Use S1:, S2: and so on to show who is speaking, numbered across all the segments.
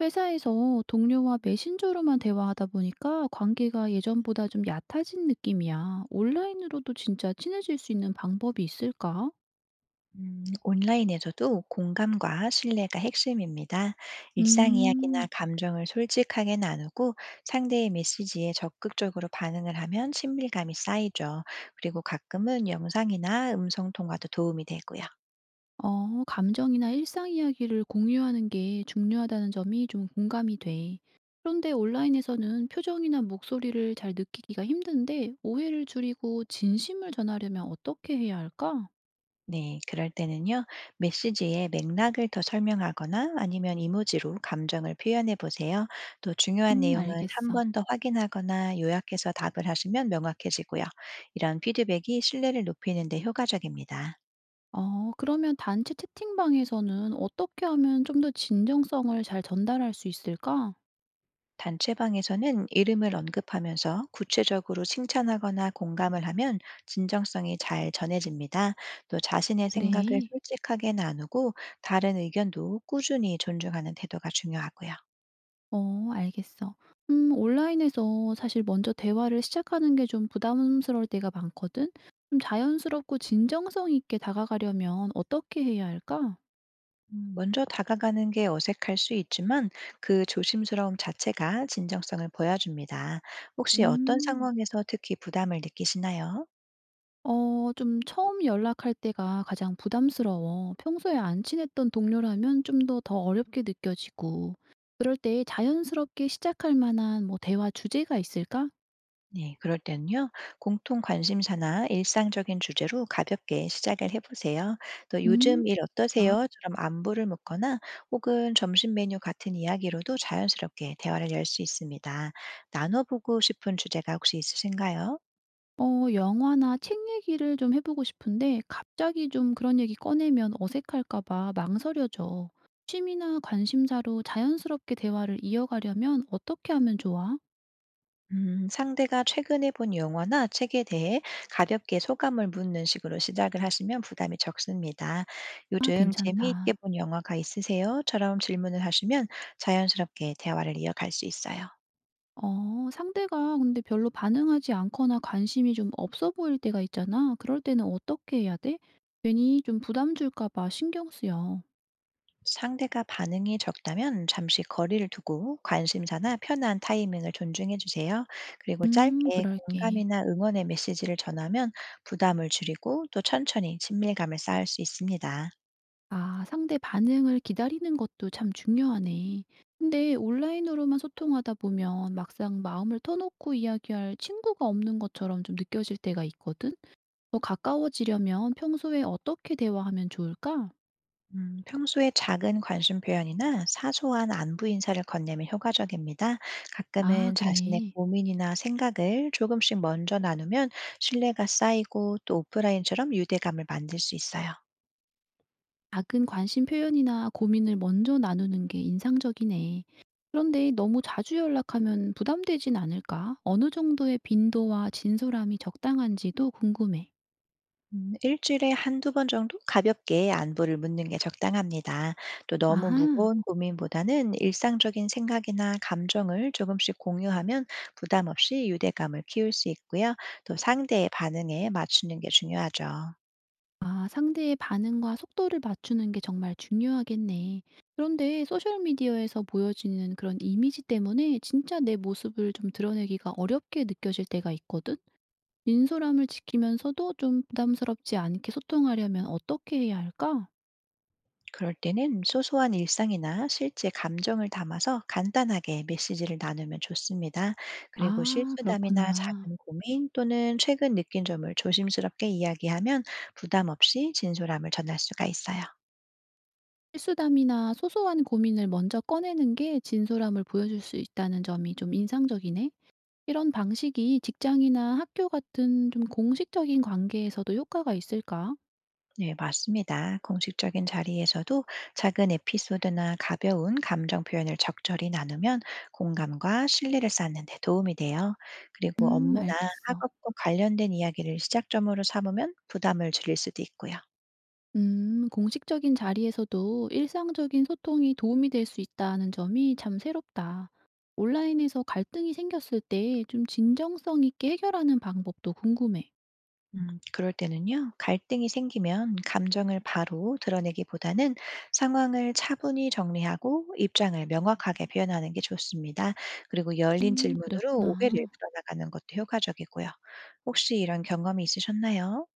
S1: 회사에서 동료와 메신저로만 대화하다 보니까 관계가 예전보다 좀 얕아진 느낌이야. 온라인으로도 진짜 친해질 수 있는 방법이 있을까?
S2: 온라인에서도 공감과 신뢰가 핵심입니다. 일상 이야기나
S1: 음,
S2: 감정을 솔직하게 나누고 상대의 메시지에 적극적으로 반응을 하면 친밀감이 쌓이죠. 그리고 가끔은 영상이나 음성 통화도 도움이 되고요.
S1: 감정이나 일상 이야기를 공유하는 게 중요하다는 점이 좀 공감이 돼. 그런데 온라인에서는 표정이나 목소리를 잘 느끼기가 힘든데, 오해를 줄이고 진심을 전하려면 어떻게 해야 할까?
S2: 네, 그럴 때는요, 메시지의 맥락을 더 설명하거나 아니면 이모지로 감정을 표현해 보세요. 또 중요한 내용은 한
S1: 알겠어.
S2: 번 더 확인하거나 요약해서 답을 하시면 명확해지고요. 이런 피드백이 신뢰를 높이는 데 효과적입니다.
S1: 그러면 단체 채팅방에서는 어떻게 하면 좀 더 진정성을 잘 전달할 수 있을까?
S2: 단체방에서는 이름을 언급하면서 구체적으로 칭찬하거나 공감을 하면 진정성이 잘 전해집니다. 또 자신의 생각을
S1: 그래.
S2: 솔직하게 나누고 다른 의견도 꾸준히 존중하는 태도가 중요하고요.
S1: 알겠어. 온라인에서 사실 먼저 대화를 시작하는 게 좀 부담스러울 때가 많거든. 좀 자연스럽고 진정성 있게 다가가려면 어떻게 해야 할까?
S2: 먼저 다가가는 게 어색할 수 있지만 그 조심스러움 자체가 진정성을 보여줍니다. 혹시 어떤
S1: 음.
S2: 상황에서 특히 부담을 느끼시나요?
S1: 좀 처음 연락할 때가 가장 부담스러워. 평소에 안 친했던 동료라면 좀 더 어렵게 느껴지고. 그럴 때 자연스럽게 시작할 만한 뭐 대화 주제가 있을까?
S2: 네, 그럴 때는요, 공통 관심사나 일상적인 주제로 가볍게 시작을 해보세요. 또
S1: 음,
S2: 요즘 일
S1: 아.
S2: 어떠세요?처럼 안부를 묻거나 혹은 점심 메뉴 같은 이야기로도 자연스럽게 대화를 열 수 있습니다. 나눠보고 싶은 주제가 혹시 있으신가요?
S1: 영화나 책 얘기를 좀 해 보고 싶은데 갑자기 좀 그런 얘기 꺼내면 어색할까 봐 망설여져. 취미나 관심사로 자연스럽게 대화를 이어가려면 어떻게 하면 좋아?
S2: 상대가 최근에 본 영화나 책에 대해 가볍게 소감을 묻는 식으로 시작을 하시면 부담이 적습니다.
S1: 아,
S2: 요즘 재미있게
S1: 괜찮다.
S2: 본 영화가 있으세요?처럼 질문을 하시면 자연스럽게 대화를 이어갈 수 있어요.
S1: 상대가 근데 별로 반응하지 않거나 관심이 좀 없어 보일 때가 있잖아. 그럴 때는 어떻게 해야 돼? 괜히 좀 부담 줄까 봐 신경 쓰여.
S2: 상대가 반응이 적다면 잠시 거리를 두고 관심사나 편한 타이밍을 존중해 주세요. 그리고 짧게
S1: 그럴게.
S2: 공감이나 응원의 메시지를 전하면 부담을 줄이고 또 천천히 친밀감을 쌓을 수 있습니다.
S1: 아, 상대 반응을 기다리는 것도 참 중요하네. 근데 온라인으로만 소통하다 보면 막상 마음을 터놓고 이야기할 친구가 없는 것처럼 좀 느껴질 때가 있거든. 더 가까워지려면 평소에 어떻게 대화하면 좋을까?
S2: 평소에 작은 관심 표현이나 사소한 안부 인사를 건네면 효과적입니다.
S1: 아,
S2: 가끔은 자신의
S1: 그래.
S2: 고민이나 생각을 조금씩 먼저 나누면 신뢰가 쌓이고 또 오프라인처럼 유대감을 만들 수 있어요.
S1: 작은 관심 표현이나 고민을 먼저 나누는 게 인상적이네. 그런데 너무 자주 연락하면 부담되진 않을까? 어느 정도의 빈도와 진솔함이 적당한지도 궁금해.
S2: 일주일에 한두 번 정도 가볍게 안부를 묻는 게 적당합니다. 또 너무
S1: 아하.
S2: 무거운 고민보다는 일상적인 생각이나 감정을 조금씩 공유하면 부담 없이 유대감을 키울 수 있고요. 또 상대의 반응에 맞추는 게 중요하죠.
S1: 아, 상대의 반응과 속도를 맞추는 게 정말 중요하겠네. 그런데 소셜미디어에서 보여지는 그런 이미지 때문에 진짜 내 모습을 좀 드러내기가 어렵게 느껴질 때가 있거든? 진솔함을 지키면서도 좀 부담스럽지 않게 소통하려면 어떻게 해야 할까?
S2: 그럴 때는 소소한 일상이나 실제 감정을 담아서 간단하게 메시지를 나누면 좋습니다. 그리고
S1: 아,
S2: 실수담이나
S1: 그렇구나.
S2: 작은 고민 또는 최근 느낀 점을 조심스럽게 이야기하면 부담 없이 진솔함을 전할 수가 있어요.
S1: 실수담이나 소소한 고민을 먼저 꺼내는 게 진솔함을 보여줄 수 있다는 점이 좀 인상적이네. 이런 방식이 직장이나 학교 같은 좀 공식적인 관계에서도 효과가 있을까?
S2: 네, 맞습니다. 공식적인 자리에서도 작은 에피소드나 가벼운 감정 표현을 적절히 나누면 공감과 신뢰를 쌓는 데 도움이 돼요. 그리고 업무나
S1: 알겠어.
S2: 학업과 관련된 이야기를 시작점으로 삼으면 부담을 줄일 수도 있고요.
S1: 공식적인 자리에서도 일상적인 소통이 도움이 될 수 있다는 점이 참 새롭다. 온라인에서 갈등이 생겼을 때 좀 진정성 있게 해결하는 방법도 궁금해.
S2: 그럴 때는요, 갈등이 생기면 감정을 바로 드러내기보다는 상황을 차분히 정리하고 입장을 명확하게 표현하는 게 좋습니다. 그리고 열린 질문으로 오해를
S1: 그렇구나.
S2: 풀어나가는 것도 효과적이고요. 혹시 이런 경험이 있으셨나요?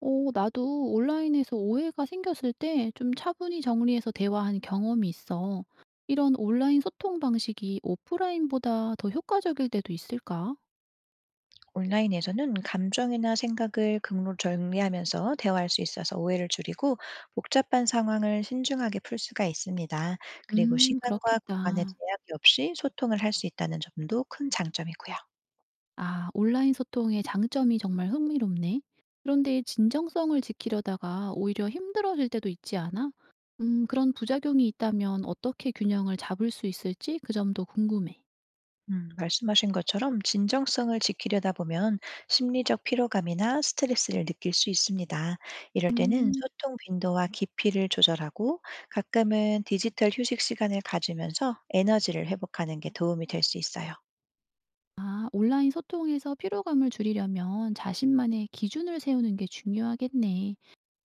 S1: 나도 온라인에서 오해가 생겼을 때 좀 차분히 정리해서 대화한 경험이 있어. 이런 온라인 소통 방식이 오프라인보다 더 효과적일 때도 있을까?
S2: 온라인에서는 감정이나 생각을 극로 정리하면서 대화할 수 있어서 오해를 줄이고 복잡한 상황을 신중하게 풀 수가 있습니다. 그리고 시간과 공간의
S1: 그렇겠다.
S2: 제약이 없이 소통을 할 수 있다는 점도 큰 장점이고요.
S1: 아, 온라인 소통의 장점이 정말 흥미롭네. 그런데 진정성을 지키려다가 오히려 힘들어질 때도 있지 않아? 그런 부작용이 있다면 어떻게 균형을 잡을 수 있을지 그 점도 궁금해.
S2: 말씀하신 것처럼 진정성을 지키려다 보면 심리적 피로감이나 스트레스를 느낄 수 있습니다. 이럴 때는
S1: 음.
S2: 소통 빈도와 깊이를 조절하고 가끔은 디지털 휴식 시간을 가지면서 에너지를 회복하는 게 도움이 될 수 있어요.
S1: 아, 온라인 소통에서 피로감을 줄이려면 자신만의 기준을 세우는 게 중요하겠네.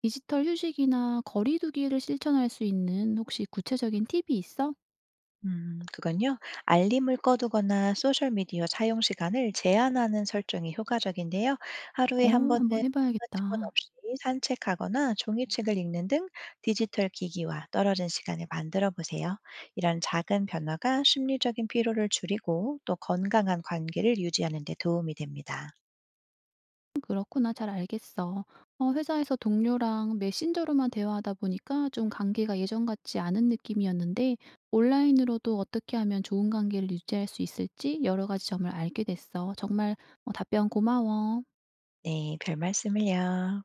S1: 디지털 휴식이나 거리두기를 실천할 수 있는 혹시 구체적인 팁이 있어?
S2: 그건요. 알림을 꺼두거나 소셜미디어 사용 시간을 제한하는 설정이 효과적인데요. 하루에 한
S1: 어,
S2: 번은
S1: 한번
S2: 스마트폰
S1: 해봐야겠다.
S2: 없이 산책하거나 종이책을 읽는 등 디지털 기기와 떨어진 시간을 만들어 보세요. 이런 작은 변화가 심리적인 피로를 줄이고 또 건강한 관계를 유지하는 데 도움이 됩니다.
S1: 그렇구나. 잘 알겠어. 회사에서 동료랑 메신저로만 대화하다 보니까 좀 관계가 예전 같지 않은 느낌이었는데 온라인으로도 어떻게 하면 좋은 관계를 유지할 수 있을지 여러 가지 점을 알게 됐어. 정말 답변 고마워.
S2: 네, 별 말씀을요.